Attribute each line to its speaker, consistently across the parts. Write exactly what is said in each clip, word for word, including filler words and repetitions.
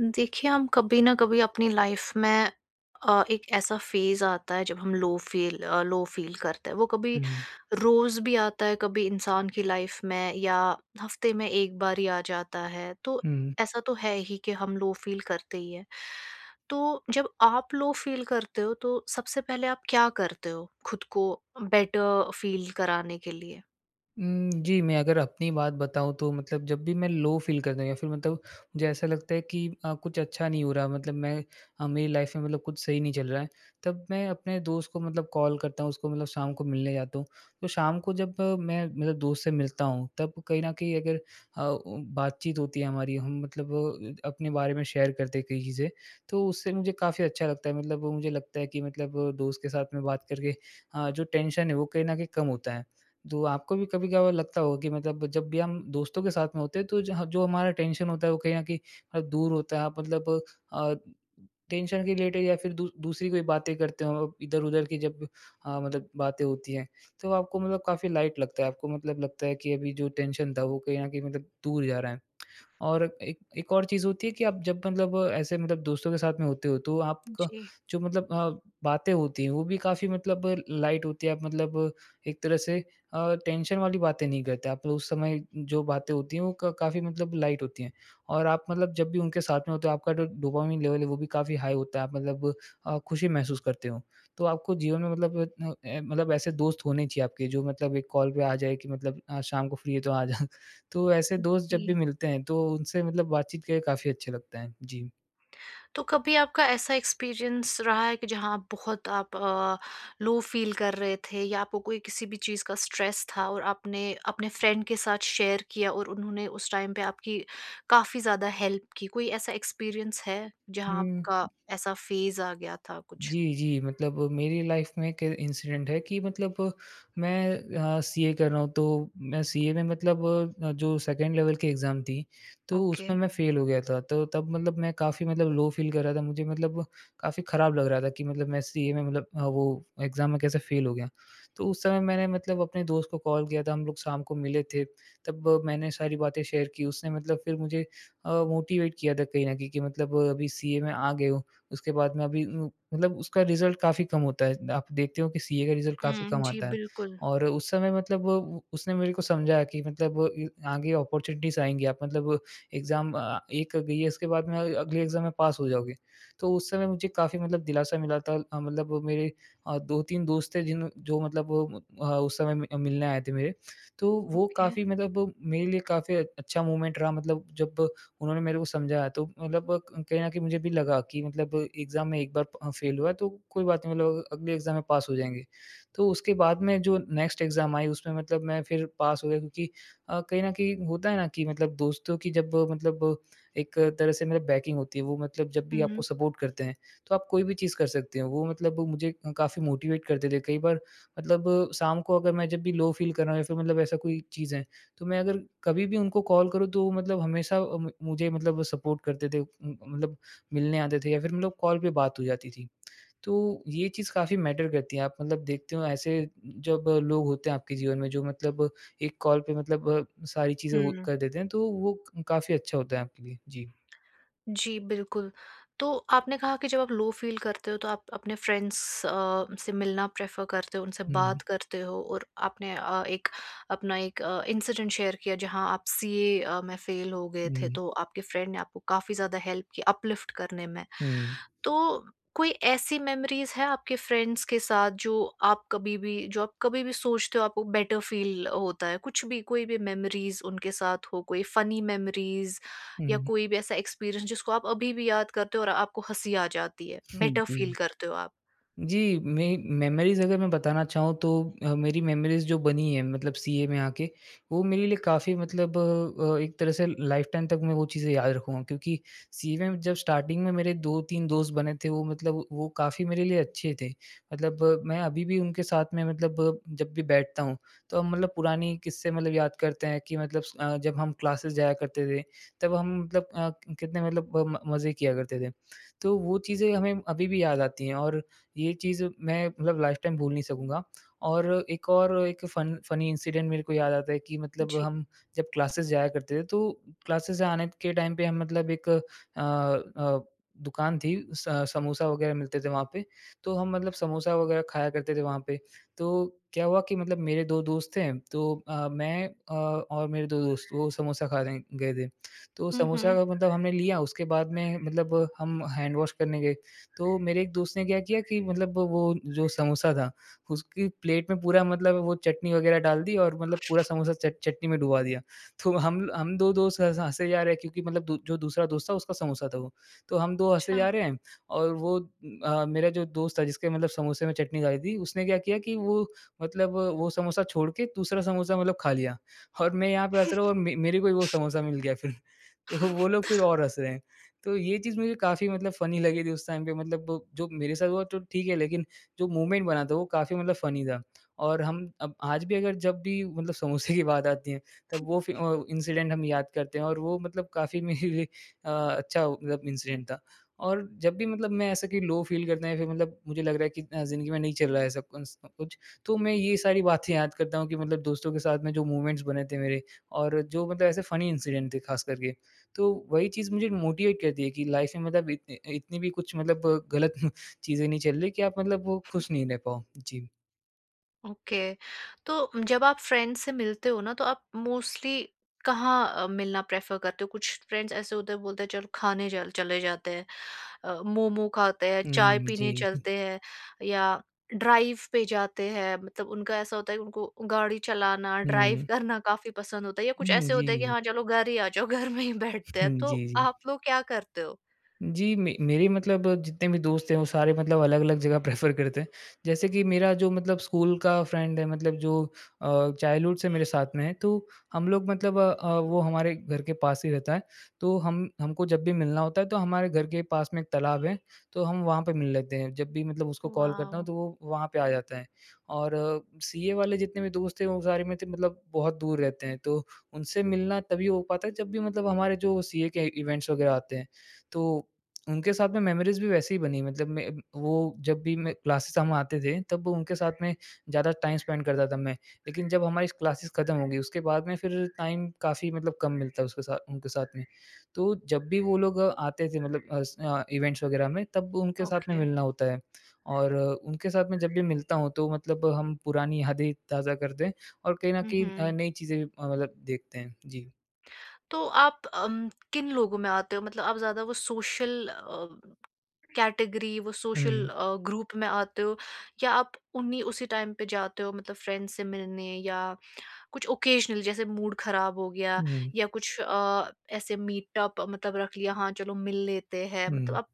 Speaker 1: देखिए, हम कभी ना कभी अपनी लाइफ में अ, एक ऐसा फ़ेज़ आता है जब हम लो फ़ील अ, लो फ़ील करते हैं। वो कभी
Speaker 2: हुँ,
Speaker 1: रोज़ भी आता है, कभी इंसान की लाइफ में या हफ़्ते में एक बार ही आ जाता है। तो
Speaker 2: हुँ।
Speaker 1: ऐसा तो है ही कि हम लो फ़ील करते ही हैं। तो जब आप लो फ़ील करते हो तो सबसे पहले आप क्या करते हो खुद को बेटर फ़ील कराने के लिए?
Speaker 2: उम, जी, मैं अगर अपनी बात बताऊँ तो मतलब जब भी मैं लो फ़ील करता हूँ या फिर मतलब मुझे ऐसा लगता है कि अ, कुछ अच्छा नहीं हो रहा मतलब मैं अ, मेरी लाइफ़ में मतलब कुछ सही नहीं चल रहा है, तब मैं अपने दोस्त को मतलब कॉल करता हूँ, उसको मतलब शाम को मिलने जाता हूँ। तो शाम को जब मैं मतलब दोस्त से मिलता हूँ, तब कहीं न कहीं अगर अ, उ बातचीत होती है हमारी, हम मतलब अ, अपने बारे में शेयर करते हैं कई चीज़ें, तो उससे मुझे काफ़ी अच्छा लगता है। मतलब मुझे लगता है कि मतलब दोस्त के साथ में बात करके अ, जो टेंशन है वो कहीं न कहीं कम होता है। तो आपको भी कभी-कभार लगता होगा कि मतलब जब भी हम दोस्तों के साथ में होते हैं तो जहाँ जो हमारा टेंशन होता है वो कहीं न कहीं अ, दूर होता है। आप मतलब अ, टेंशन के रिलेटेड या फिर दू दूसरी कोई बातें करते हो इधर-उधर की जब अ, मतलब बातें होती हैं, तो आपको मतलब काफ़ी लाइट लगता है। आपको मतलब लगता है कि अभी जो टेंशन था वो कहीं न कहीं मतलब दूर जा रहा है। और एक एक और चीज़ होती है कि आप जब मतलब ऐसे मतलब दोस्तों के साथ में होते हो तो आपका
Speaker 1: जी।
Speaker 2: जो मतलब अ, बातें होती हैं वो भी काफ़ी मतलब लाइट होती है। आप मतलब एक तरह से अ, टेंशन वाली बातें नहीं करते। आप उस समय जो बातें होती हैं वो क काफ़ी मतलब लाइट होती हैं और आप मतलब जब भी उनके साथ में होते हो आपका जो डोपामाइन लेवल है वो भी काफ़ी हाई होता है। आप मतलब अ, खुशी महसूस करते हो। तो आपको जीवन में मतलब अ, अ, मतलब ऐसे दोस्त होने चाहिए आपके जो मतलब एक कॉल पे आ जाए कि मतलब अ, शाम को फ्री है तो आ जा। तो ऐसे दोस्त जब भी
Speaker 1: जी।
Speaker 2: मिलते हैं, तो उनसे मतलब बातचीत करके काफ़ी अच्छा लगता है। जी।
Speaker 1: तो कभी आपका ऐसा एक्सपीरियंस रहा है कि जहाँ आप बहुत आप लो फील कर रहे थे या आपको कोई किसी भी चीज़ का स्ट्रेस था और आपने अपने फ्रेंड के साथ शेयर किया और उन्होंने उस टाइम पे आपकी काफ़ी ज़्यादा हेल्प की? कोई ऐसा एक्सपीरियंस है जहाँ
Speaker 2: हुँ।
Speaker 1: आपका ऐसा फ़ेज़ आ गया था कुछ?
Speaker 2: जी, जी। मतलब मेरी लाइफ़ में एक इंसिडेंट है कि मतलब मैं अ, सीए कर रहा हूँ तो मैं सीए में मतलब अ, जो सेकंड लेवल की एग्ज़ाम थी, तो
Speaker 1: ओके।
Speaker 2: उसमें मैं फ़ेल हो गया था। तो तब मतलब मैं काफ़ी मतलब लो फ़ील कर रहा था। मुझे मतलब काफ़ी ख़राब लग रहा था कि मतलब मैं सीए में मतलब अ, वो एग्ज़ाम में कैसे फ़ेल हो गया। तो उस समय मैंने मतलब अपने दोस्त को कॉल किया था, हम लोग शाम को मिले थे, तब मैंने सारी बातें शेयर की। उसने मतलब फिर मुझे अ, मोटिवेट किया था कहीं न कहीं कि मतलब अभी सीए में आ गए हो उसके बाद में अभी उ मतलब उसका रिज़ल्ट काफ़ी कम होता है। आप देखते हो कि सीए का रिज़ल्ट काफ़ी
Speaker 1: हुँ,
Speaker 2: कम
Speaker 1: जी
Speaker 2: आता है
Speaker 1: बिल्कुल।
Speaker 2: और उस समय मतलब उ उसने मेरे को समझाया कि मतलब वो इ आगे अपॉर्च्युनिटीज़ आएँगी, आप मतलब एग्ज़ाम अ, एक गई है, उसके बाद में अगले एग्ज़ाम में पास हो जाओगे। तो उस समय मुझे काफ़ी मतलब दिलासा मिला था अ, मतलब वो मेरे अ, दो तीन दोस्त थे जिन जो मतलब वो अ, उस समय मि मिलने आए थे मेरे। तो वो
Speaker 1: ओके।
Speaker 2: काफ़ी मतलब वो मेरे लिए काफ़ी अच्छा मोमेंट रहा मतलब जब उन्होंने मेरे को समझाया तो मतलब कहीं न कहीं मुझे भी लगा कि मतलब एग्ज़ाम में एक बार प फ़ेल हुआ तो कोई बात नहीं मतलब अगले एग्ज़ाम में पास हो जाएँगे। तो उसके बाद में जो नेक्स्ट एग्ज़ाम आई उसमें मतलब मैं फिर पास हो गया क्योंकि अ, कहीं न कहीं होता है ना कि मतलब दोस्तों की जब मतलब एक तरह से मतलब बैकिंग होती है, वो मतलब जब भी
Speaker 1: हुँ,
Speaker 2: आपको
Speaker 1: हुँ।
Speaker 2: सपोर्ट करते हैं, तो आप कोई भी चीज़ कर सकते हो। वो मतलब मुझे काफ़ी मोटिवेट करते थे। कई बार मतलब शाम को अगर मैं जब भी लो फ़ील कर रहा हूँ या फिर मतलब ऐसा कोई चीज़ है तो मैं अगर कभी भी उनको कॉल करूँ तो वो मतलब हमेशा अ, मु मुझे मतलब सपोर्ट करते थे। उम, मतलब मिलने आते थे या फिर मतलब कॉल पे बात हो जाती थी। तो ये चीज़ काफ़ी मैटर करती है। आप मतलब देखते हो ऐसे जब लोग होते हैं आपके जीवन में जो मतलब एक कॉल पे मतलब अ, सारी चीज़ें वो
Speaker 1: हुँ।
Speaker 2: कर देते हैं तो वो काफ़ी अच्छा होता है आपके लिए। जी।
Speaker 1: जी, बिल्कुल। तो आपने कहा कि जब आप लो फ़ील करते हो तो आप अपने फ्रेंड्स अ, से मिलना प्रेफ़र करते हो, उनसे
Speaker 2: हुँ,
Speaker 1: बात करते हो और आपने अ, एक अपना एक अ, इंसिडेंट शेयर किया जहाँ आप सीए अ, में फ़ेल हो गए थे,
Speaker 2: हुँ,
Speaker 1: तो आपके फ्रेंड ने आपको काफ़ी ज़्यादा हेल्प की अपलिफ्ट करने में।
Speaker 2: हुँ,
Speaker 1: तो कोई ऐसी मेमोरीज़ है आपके फ्रेंड्स के साथ जो आप कभी भी जो आप कभी भी सोचते हो आपको बेटर फ़ील होता है? कुछ भी कोई भी मेमोरीज़ उनके साथ हो, कोई फ़नी मेमोरीज़ या
Speaker 2: हुँ,
Speaker 1: कोई भी ऐसा एक्सपीरियंस जिसको आप अभी भी याद करते हो और आपको हँसी आ जाती है, बेटर
Speaker 2: जी।
Speaker 1: फील करते हो आप?
Speaker 2: जी, मे मेमोरीज़ अगर मैं बताना चाहूँ तो अ, मेरी मेमोरीज़ जो बनी है मतलब सीए में आके, वो मेरे लिए काफ़ी मतलब अ, एक तरह से लाइफ़ टाइम तक मैं वो चीज़ें याद रखूँगा क्योंकि सीए में जब स्टार्टिंग में मेरे दो तीन दोस्त बने थे वो मतलब वो काफ़ी मेरे लिए अच्छे थे। मतलब अ, मैं अभी भी उनके साथ में मतलब अ, जब भी बैठता हूँ, तो हम मतलब पुरानी किस्से मतलब याद करते हैं कि मतलब अ, जब हम क्लासेस जाया करते थे, तब हम मतलब अ, कितने मतलब अ, म मज़े किया करते थे। तो वो चीज़ें हमें अभी भी याद आती हैं और ये चीज़ मैं मतलब लाइफ़टाइम भूल नहीं सकूँगा। और एक और एक फ़न फ़नी इंसिडेंट मेरे को याद आता है कि मतलब
Speaker 1: जी।
Speaker 2: हम जब क्लासेस जाया करते थे तो क्लासेस से आने के टाइम पे हम मतलब एक अ अ, दुकान थी स समोसा वग़ैरह मिलते थे वहाँ पे। तो हम मतलब समोसा वग़ैरह खाया करते थे वहाँ पे। तो क्या हुआ कि मतलब मेरे दो दोस्त थे तो अ, मैं अ, और मेरे दो दोस्त वो समोसा खाने गए थे। तो
Speaker 1: हुँ,
Speaker 2: समोसा
Speaker 1: हुँ।
Speaker 2: का मतलब हमने लिया उसके बाद में मतलब हम हैंड वॉश करने गए। तो मेरे एक दोस्त ने क्या किया कि मतलब वो जो समोसा था, उसकी प्लेट में पूरा मतलब वो चटनी वग़ैरह डाल दी और मतलब पूरा समोसा चट चटनी में डुबा दिया। तो हम हम दो दोस्त हँस हँसे जा रहे हैं क्योंकि मतलब दू जो दूसरा दोस्त था उसका समोसा था वो। तो हम दो हँसे
Speaker 1: अच्छा।
Speaker 2: जा रहे हैं और वो अ, मेरा जो दोस्त था जिसके मतलब समोसे में चटनी डाली थी, उसने क्या किया कि वो मतलब वो समोसा छोड़ के दूसरा समोसा मतलब खा लिया और मैं यहाँ पे हँस रहा हूँ और मे मेरे को ही वो समोसा मिल गया फिर। तो वो लोग फिर और हँस रहे हैं। तो ये चीज़ मुझे काफ़ी मतलब फ़नी लगी थी उस टाइम पे मतलब वो जो मेरे साथ हुआ तो ठीक है, लेकिन जो मूवमेंट बना था वो काफ़ी मतलब फ़नी था। और हम अब आज भी अगर जब भी मतलब समोसे की बात आती है, तब वो फि अ, इंसिडेंट हम याद करते हैं और वो मतलब काफ़ी मेरे लिए अ, अच्छा मतलब इंसिडेंट था। और जब भी मतलब मैं ऐसा कि लो फ़ील करते हैं फिर मतलब मुझे लग रहा है कि अ, ज़िंदगी में नहीं चल रहा है सब कुछ सब कुछ, तो मैं ये सारी बातें याद करता हूँ कि मतलब दोस्तों के साथ में जो मूवमेंट्स बने थे मेरे और जो मतलब ऐसे फ़नी इंसिडेंट थे ख़ास करके। तो वही चीज़ मुझे मोटिवेट करती है कि लाइफ में मतलब इत इतनी भी कुछ मतलब गलत चीज़ें नहीं चल रही कि आप मतलब वो खुश नहीं रह पाओ। जी।
Speaker 1: ओके। तो जब आप फ्रेंड से मिलते हो ना, तो आप मोस्टली कहाँ अ, मिलना प्रेफ़र करते हो? कुछ फ्रेंड्स ऐसे होते हैं, बोलते हैं चलो खाने चल चले जाते हैं। अ, मोमो खाते हैं, चाय
Speaker 2: हुँ,
Speaker 1: पीने
Speaker 2: जी।
Speaker 1: चलते हैं या ड्राइव पे जाते हैं। मतलब उनका ऐसा होता है कि उनको गाड़ी चलाना, ड्राइव
Speaker 2: हुँ,
Speaker 1: करना काफ़ी पसंद होता है, या कुछ
Speaker 2: हुँ,
Speaker 1: ऐसे होते हैं कि
Speaker 2: जी।
Speaker 1: हाँ, चलो घर ही आ जाओ, घर में ही बैठते हैं।
Speaker 2: हुँ,
Speaker 1: तो
Speaker 2: जी, जी।
Speaker 1: आप लोग क्या करते हो?
Speaker 2: जी, मे मेरे मतलब जितने भी दोस्त हैं वो सारे मतलब अलग-अलग जगह प्रेफ़र करते हैं। जैसे कि मेरा जो मतलब स्कूल का फ्रेंड है मतलब जो अ, चाइल्डहुड से मेरे साथ में है तो हम लोग मतलब अ अ, वो हमारे घर के पास ही रहता है। तो हम हमको जब भी मिलना होता है तो हमारे घर के पास में एक तालाब है तो हम वहाँ पे मिल लेते हैं। जब भी मतलब उसको कॉल करता हूँ
Speaker 1: वॉव!
Speaker 2: तो वो वहाँ पे आ जाता है। और सीए वाले जितने भी दोस्त हैं वो सारे मेरे से मतलब बहुत दूर रहते हैं तो उनसे मिलना तभी हो पाता है जब भी मतलब हमारे जो सीए के इवेंट्स वग़ैरह आते हैं। तो उनके साथ में मेमोरीज़ भी वैसे ही बनी मतलब मैं वो जब भी मैं क्लासेस हम आते थे, तब उनके साथ में ज़्यादा टाइम स्पेंड करता था मैं। लेकिन जब हमारी क्लासेस खत्म हो गई, उसके बाद में फिर टाइम काफ़ी मतलब कम मिलता है उसके साथ उनके साथ में। तो जब भी वो लोग आते थे मतलब अस अ, इवेंट्स वगैरह में, तब उनके साथ में
Speaker 1: ओके।
Speaker 2: मिलना होता है। और अ, उनके साथ में जब भी मिलता हूँ, तो मतलब हम पुरानी यादें ताज़ा करते हैं और कहीं न
Speaker 1: हुँ,
Speaker 2: कहीं अ,
Speaker 1: हुँ।
Speaker 2: नई चीज़ें भी अ, मतलब देखते हैं। जी।
Speaker 1: तो आप अम, किन लोगों में आते हो? मतलब आप ज़्यादा वो सोशल अ, कैटेगरी, वो
Speaker 2: हुँ।
Speaker 1: सोशल अ, ग्रुप में आते हो, या आप उन्हीं उसी टाइम पे जाते हो मतलब फ्रेंड्स से मिलने, या कुछ ओकेजनल जैसे मूड खराब हो गया
Speaker 2: हुँ,
Speaker 1: या कुछ अ, ऐसे मीटअप मतलब रख लिया, हाँ चलो मिल लेते हैं, मतलब
Speaker 2: हुँ।
Speaker 1: आप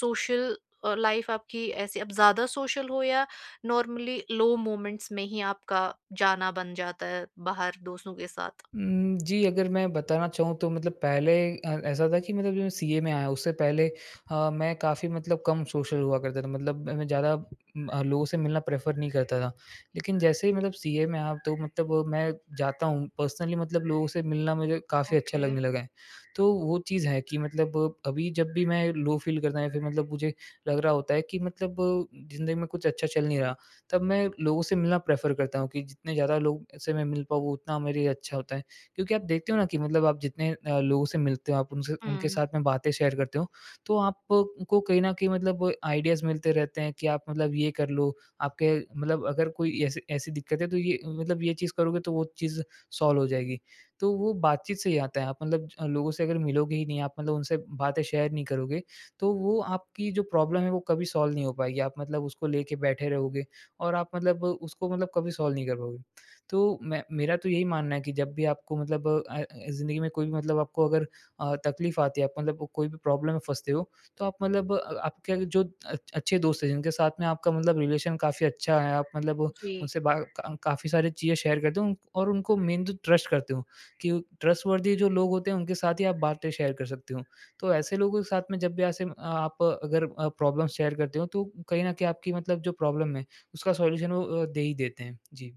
Speaker 1: सोशल लाइफ आपकी ऐसी अब ज्यादा सोशल हो, या नॉर्मली लो मोमेंट्स में ही आपका जाना बन जाता है बाहर दोस्तों के साथ?
Speaker 2: उम, जी, अगर मैं बताना चाहूँ तो मतलब पहले अ, ऐसा था कि मतलब जो मैं सीए में आया उससे पहले अ, मैं काफ़ी मतलब कम सोशल हुआ करता था। मतलब मैं ज़्यादा उम, अ, लोगों से मिलना प्रेफ़र नहीं करता था। लेकिन जैसे ही मतलब सीए में आया तो मतलब मैं जाता हूँ पर्सनली मतलब लोगों से मिलना मुझे काफ़ी अच्छा
Speaker 1: ओके।
Speaker 2: लगने लगा है। तो वो चीज़ है कि मतलब अभी जब भी मैं लो फ़ील करता हूँ या फिर मतलब मुझे लग रहा होता है कि मतलब ज़िंदगी में कुछ अच्छा चल नहीं रहा, तब मैं लोगों से मिलना प्रेफ़र करता हूँ कि जितने ज़्यादा लोग से मैं मिल पाऊँ वो उतना मेरे लिए अच्छा होता है। क्योंकि आप देखते हो ना कि मतलब आप जितने अ, लोगों से मिलते हो, आप उनसे उनके
Speaker 1: हम्म।
Speaker 2: साथ में बातें शेयर करते हो, तो आपको कहीं न कहीं मतलब आइडियाज़ मिलते रहते हैं कि आप मतलब ये कर लो, आपके मतलब अगर कोई ऐसी ऐसी दिक्कत है तो ये मतलब ये चीज़ करोगे तो वो चीज़ सॉल्व हो जाएगी। तो वो बातचीत से ही आता है, आप मतलब अ, लोगों से अगर मिलोगे ही नहीं, आप मतलब उनसे बातें शेयर नहीं करोगे, तो वो आपकी जो प्रॉब्लम है वो कभी सॉल्व नहीं हो पाएगी। आप मतलब उसको लेके बैठे रहोगे और आप मतलब उसको मतलब कभी सॉल्व नहीं कर पाओगे। तो मैं मेरा तो यही मानना है कि जब भी आपको मतलब अ, ज़िंदगी में कोई भी मतलब आपको अगर अ, तकलीफ़ आती है, आप मतलब कोई भी प्रॉब्लम में फँसते हो, तो आप मतलब अ, आपके जो अ, अच्छे दोस्त हैं, जिनके साथ में आपका मतलब रिलेशन काफ़ी अच्छा है, आप मतलब
Speaker 1: जी।
Speaker 2: उनसे बा का काफ़ी सारी चीज़ें शेयर करते हो उन- और उनको मेन तो ट्रस्ट करते हो कि ट्रस्टवर्दी जो लोग होते हैं, उनके साथ ही आप बातें शेयर कर सकते हो। तो ऐसे लोगों के साथ में जब भी ऐसे अ, आप अगर अ, प्रॉब्लम शेयर करते हो, तो कहीं न कहीं आपकी मतलब जो प्रॉब्लम है, उसका सॉल्यूशन वो अ, दे ही देते हैं। जी।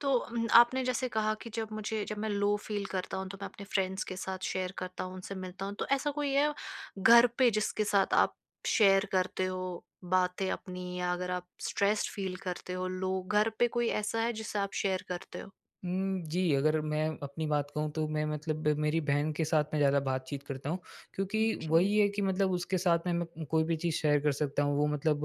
Speaker 1: तो उम, आपने जैसे कहा कि जब मुझे जब मैं लो फ़ील करता हूँ, तो मैं अपने फ्रेंड्स के साथ शेयर करता हूँ, उनसे मिलता हूँ। तो ऐसा कोई है घर पे जिसके साथ आप शेयर करते हो बातें अपनी, या अगर आप स्ट्रेस्ड फ़ील करते हो, लो, घर पे कोई ऐसा है जिससे आप शेयर करते हो?
Speaker 2: हुँ, जी, अगर मैं अपनी बात कहूँ तो मैं मतलब मेरी बहन के साथ मैं ज़्यादा बातचीत करता हूँ क्योंकि
Speaker 1: ओके।
Speaker 2: वही है कि मतलब उसके साथ में मैं कोई भी चीज़ शेयर कर सकता हूँ। वो मतलब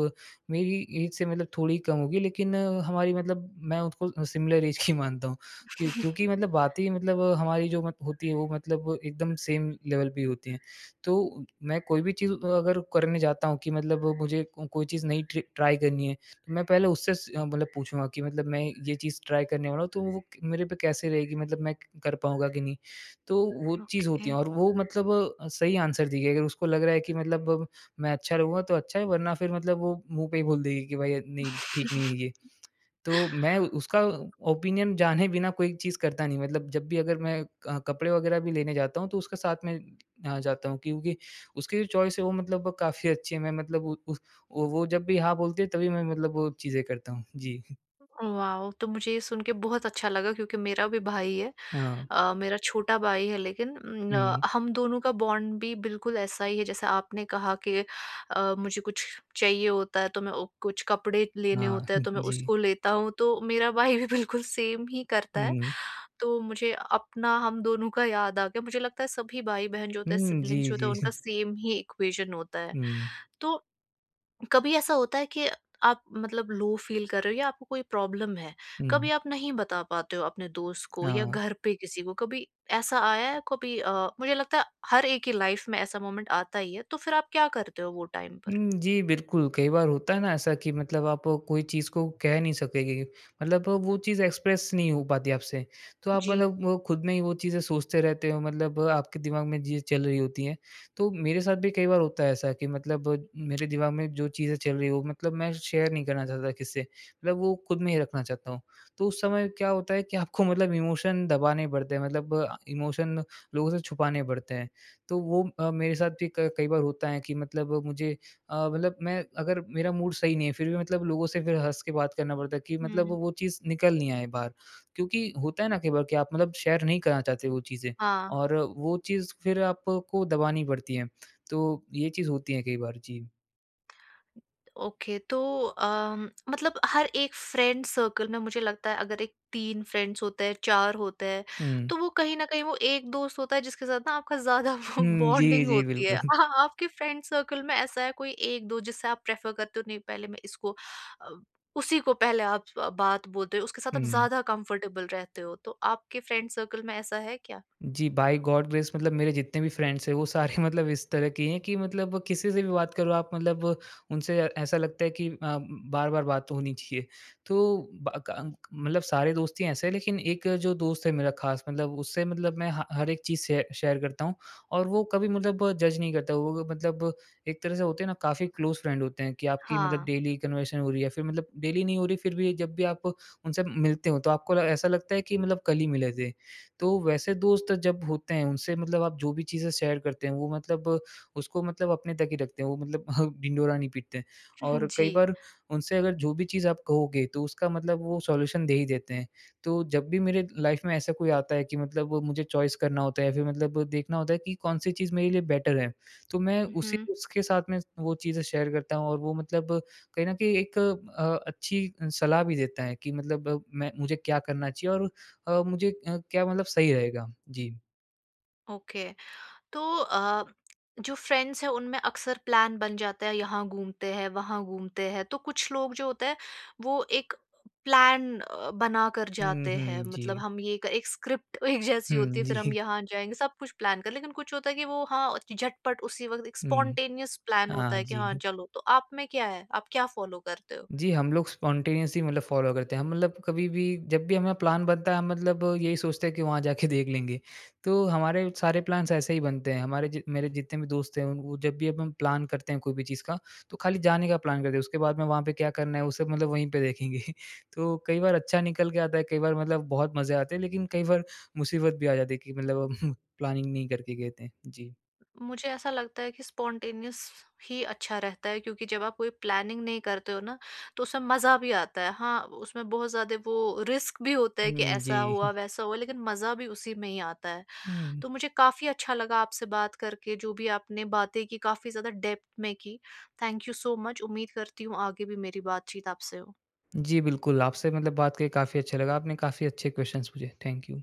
Speaker 2: मेरी एज से मतलब थोड़ी कम होगी लेकिन अ, हमारी मतलब मैं उसको सिमिलर एज की मानता हूँ क्यों क्योंकि मतलब बातें ही मतलब हमारी जो मत होती है वो मतलब एकदम सेम लेवल पे ही होती हैं। तो मैं कोई भी चीज़ अगर करने जाता हूँ कि मतलब मुझे को- कोई चीज़ नई ट्रि ट्राई करनी है तो मैं पहले उससे स अ, मतलब पूछूँगा कि मतलब मैं ये चीज़ ट्राई करने वाला हूँ, तो वो क- मेरे पे कैसे रहेगी मतलब मैं कर पाऊँगा कि नहीं? तो वो चीज़
Speaker 1: ओके।
Speaker 2: होती है और वो मतलब अ, सही आंसर देगी अगर उसको लग रहा है कि मतलब अ, मैं अच्छा रहूँगा तो अच्छा है वरना फिर मतलब वो मुँह पे ही बोल देगी कि भाई नहीं, ठीक नहीं है ये। तो मैं उ- उसका ओपिनियन जाने बिना कोई चीज़ करता नहीं, मतलब जब भी अगर मैं अ, कपड़े वगैरह भी लेने जाता हूँ, तो उसके साथ में अ, जाता हूँ क्योंकि उसकी जो चॉइस है वो मतलब काफ़ी अच्छी है, मैं मतलब उ उस वो वो जब भी हाँ बोलती है तभी मैं मतलब वो चीज़ें करता हूँ। जी।
Speaker 1: वाओ! तो मुझे ये सुन के बहुत अच्छा लगा क्योंकि मेरा भी भाई है।
Speaker 2: हाँ।
Speaker 1: अ, मेरा छोटा भाई है, लेकिन उम, अ,
Speaker 2: हुँ।
Speaker 1: हम दोनों का बॉन्ड भी बिल्कुल ऐसा ही है जैसे आपने कहा कि अ, मुझे कुछ चाहिए होता है तो मैं ओ, कुछ कपड़े लेने
Speaker 2: हाँ।
Speaker 1: होते हैं तो मैं
Speaker 2: जी।
Speaker 1: उसको लेता हूँ, तो मेरा भाई भी बिल्कुल सेम ही करता है।
Speaker 2: हुँ।
Speaker 1: तो मुझे अपना हम दोनों का याद आ गया। मुझे लगता है सभी भाई-बहन जो होते हैं,
Speaker 2: हुँ,
Speaker 1: सिब्लिंग्स
Speaker 2: जी,
Speaker 1: जो होते हैं, उनका
Speaker 2: जी।
Speaker 1: सेम ही इक्वेशन होता है।
Speaker 2: हुँ।
Speaker 1: तो कभी ऐसा होता है कि आप मतलब लो फील कर रहे हो या आपको कोई प्रॉब्लम है,
Speaker 2: हुँ।
Speaker 1: कभी आप नहीं बता पाते हो अपने दोस्त को या
Speaker 2: हाँ।
Speaker 1: घर पे किसी को, कभी ऐसा आया है? कभी अ, मुझे लगता है हर एक की लाइफ में ऐसा मोमेंट आता ही है, तो फिर आप क्या करते हो वो टाइम पर?
Speaker 2: हुँ, जी, बिल्कुल, कई बार होता है ना ऐसा कि मतलब आप कोई चीज़ को कह नहीं सकेंगे, मतलब वो चीज़ एक्सप्रेस नहीं हो पाती आपसे। तो आप
Speaker 1: जी।
Speaker 2: मतलब वो खुद में ही वो चीज़ें सोचते रहते हो, मतलब आपके दिमाग में चीज़ें चल रही होती हैं। तो मेरे साथ भी कई बार होता है ऐसा कि मतलब मेरे दिमाग में जो चीज़ें चल रही हो, मतलब मैं शेयर नहीं करना चाहता किससे, मतलब वो खुद में ही रखना चाहता हूँ। तो उस समय क्या होता है कि आपको मतलब इमोशन दबाने पड़ते हैं, मतलब इमोशन लोगों से छुपाने पड़ते हैं। तो वो अ, मेरे साथ भी क कई बार होता है कि मतलब मुझे अ, मतलब मैं अगर मेरा मूड सही नहीं है फिर भी मतलब लोगों से फिर हँस के बात करना पड़ता है कि मतलब
Speaker 1: हुँ।
Speaker 2: वो चीज़ निकल नहीं आए बाहर। क्योंकि होता है ना कई बार कि आप मतलब शेयर नहीं करना चाहते वो चीज़ें
Speaker 1: हाँ।
Speaker 2: और वो चीज़ फिर आपको दबानी पड़ती है। तो ये चीज़ होती है कई बार। जी।
Speaker 1: ओके। तो अम, मतलब हर एक फ्रेंड सर्कल में मुझे लगता है अगर एक तीन फ्रेंड्स होते हैं, चार होते हैं,
Speaker 2: हुँ।
Speaker 1: तो वो कहीं ना कहीं वो एक दोस्त होता है जिसके साथ ना आपका ज्यादा
Speaker 2: हुँ, जी,
Speaker 1: बॉन्डिंग
Speaker 2: जी,
Speaker 1: होती है,
Speaker 2: बिल्कुल।
Speaker 1: आ, आपके फ्रेंड सर्कल में ऐसा है कोई एक दो जिससे आप प्रेफर करते हो, नहीं पहले मैं इसको अ, उसी को पहले आप अ, बात बोलते हो, उसके साथ आप
Speaker 2: हुँ।
Speaker 1: ज्यादा कंफर्टेबल रहते हो, तो आपके फ्रेंड सर्कल में ऐसा है क्या?
Speaker 2: जी, बाय गॉड ग्रेस मतलब मेरे जितने भी फ्रेंड्स हैं, वो सारे मतलब इस तरह के हैं कि मतलब किसी से भी बात करो आप मतलब उनसे ऐसा लगता है कि अ, बार-बार बात तो होनी चाहिए। तो ब क मतलब सारे दोस्त ही ऐसे हैं, लेकिन एक जो दोस्त है मेरा ख़ास मतलब उससे मतलब मैं ह हर एक चीज़ शे शेयर करता हूँ और वो कभी मतलब जज नहीं करता। वो मतलब एक तरह से होते हैं ना, काफ़ी क्लोज़ फ्रेंड होते हैं कि आपकी मतलब
Speaker 1: हाँ
Speaker 2: डेली कन्वर्सेशन हो रही है, फिर मतलब डेली नहीं हो रही, फिर भी जब भी आप उनसे मिलते हो, तो आपको ऐसा लगता है कि मतलब कल ही मिले थे। तो वैसे दोस्त जब होते हैं उनसे मतलब आप जो भी चीज़ें शेयर करते हैं वो मतलब उसको मतलब अपने तक ही रखते हैं, वो मतलब ढिंढोरा नहीं पीटते हैं। और
Speaker 1: जी।
Speaker 2: कई बार उनसे अगर जो भी चीज़ आप कहोगे तो उसका मतलब वो सॉल्यूशन दे ही देते हैं। तो जब भी मेरे लाइफ़ में ऐसा कोई आता है कि मतलब वो मुझे चॉइस करना होता है या फिर मतलब देखना होता है कि कौन-सी चीज़ मेरे लिए बेटर है, तो मैं उसी
Speaker 1: हम्म।
Speaker 2: उसके साथ में वो चीज़ें शेयर करता हूँ और वो मतलब कहीं न कहीं एक अ, अच्छी सलाह भी देता है कि मतलब अ, मैं मुझे क्या करना चाहिए और अ, मुझे अ, क्या मतलब सही रहेगा? जी।
Speaker 1: ओके। तो अ, जो फ्रेंड्स हैं उनमें अक्सर प्लान बन जाता है यहाँ घूमते हैं वहाँ घूमते हैं, तो कुछ लोग जो होते हैं वो एक प्लान अ, बना कर
Speaker 2: हुँ,
Speaker 1: जाते हैं,
Speaker 2: हुँ। जी।
Speaker 1: मतलब हम ये कर, एक स्क्रिप्ट एक जैसी होती है,
Speaker 2: हुँ,
Speaker 1: फिर हम
Speaker 2: जी।
Speaker 1: यहाँ जाएंगे सब कुछ प्लान कर, लेकिन कुछ होता है कि वो हाँ झटपट उसी वक्त एक
Speaker 2: हुँ।
Speaker 1: स्पॉन्टेनियस प्लान होता
Speaker 2: हाँ
Speaker 1: है कि हाँ
Speaker 2: जी।
Speaker 1: चलो, तो आप में क्या है, आप क्या फॉलो करते हो?
Speaker 2: जी, हम लोग स्पॉन्टेनियसली मतलब फ़ॉलो करते हैं। हम मतलब कभी भी जब भी हमारा प्लान बनता है हम मतलब यही सोचते हैं कि वहाँ जाके देख लेंगे। तो हमारे सारे प्लान्स ऐसे ही बनते हैं। हमारे जि मेरे जितने भी दोस्त हैं उन वो जब भी अब हम प्लान करते हैं कोई भी चीज़ का तो खाली जाने का प्लान करते हैं। उसके बाद में वहाँ पे क्या करना है वो सब मतलब वहीं पे देखेंगे। तो कई बार अच्छा निकल के आता है, कई बार मतलब बहुत मज़े आते हैं, लेकिन कई बार मुसीबत भी आ जाती है कि मतलब प्लानिंग नहीं करके गए थे। जी।
Speaker 1: मुझे ऐसा लगता है कि स्पॉन्टेनियस ही अच्छा रहता है, क्योंकि जब आप कोई प्लानिंग नहीं करते हो ना, तो उसमें मज़ा भी आता है। हाँ, उसमें बहुत ज़्यादा वो रिस्क भी होता है कि
Speaker 2: हुँ,
Speaker 1: ऐसा
Speaker 2: जी।
Speaker 1: हुआ, वैसा हुआ, लेकिन मज़ा भी उसी में ही आता है।
Speaker 2: हम्म,
Speaker 1: तो मुझे काफ़ी अच्छा लगा आपसे बात करके, जो भी आपने बातें की काफ़ी ज़्यादा डेप्थ में की। Thank you so much. उम्मीद करती हूँ आगे भी मेरी बातचीत आपसे हो।
Speaker 2: जी, बिल्कुल, आपसे मतलब बात करके काफ़ी अच्छा लगा। आपने काफ़ी अच्छे क्वेश्चंस पूछे। Thank you.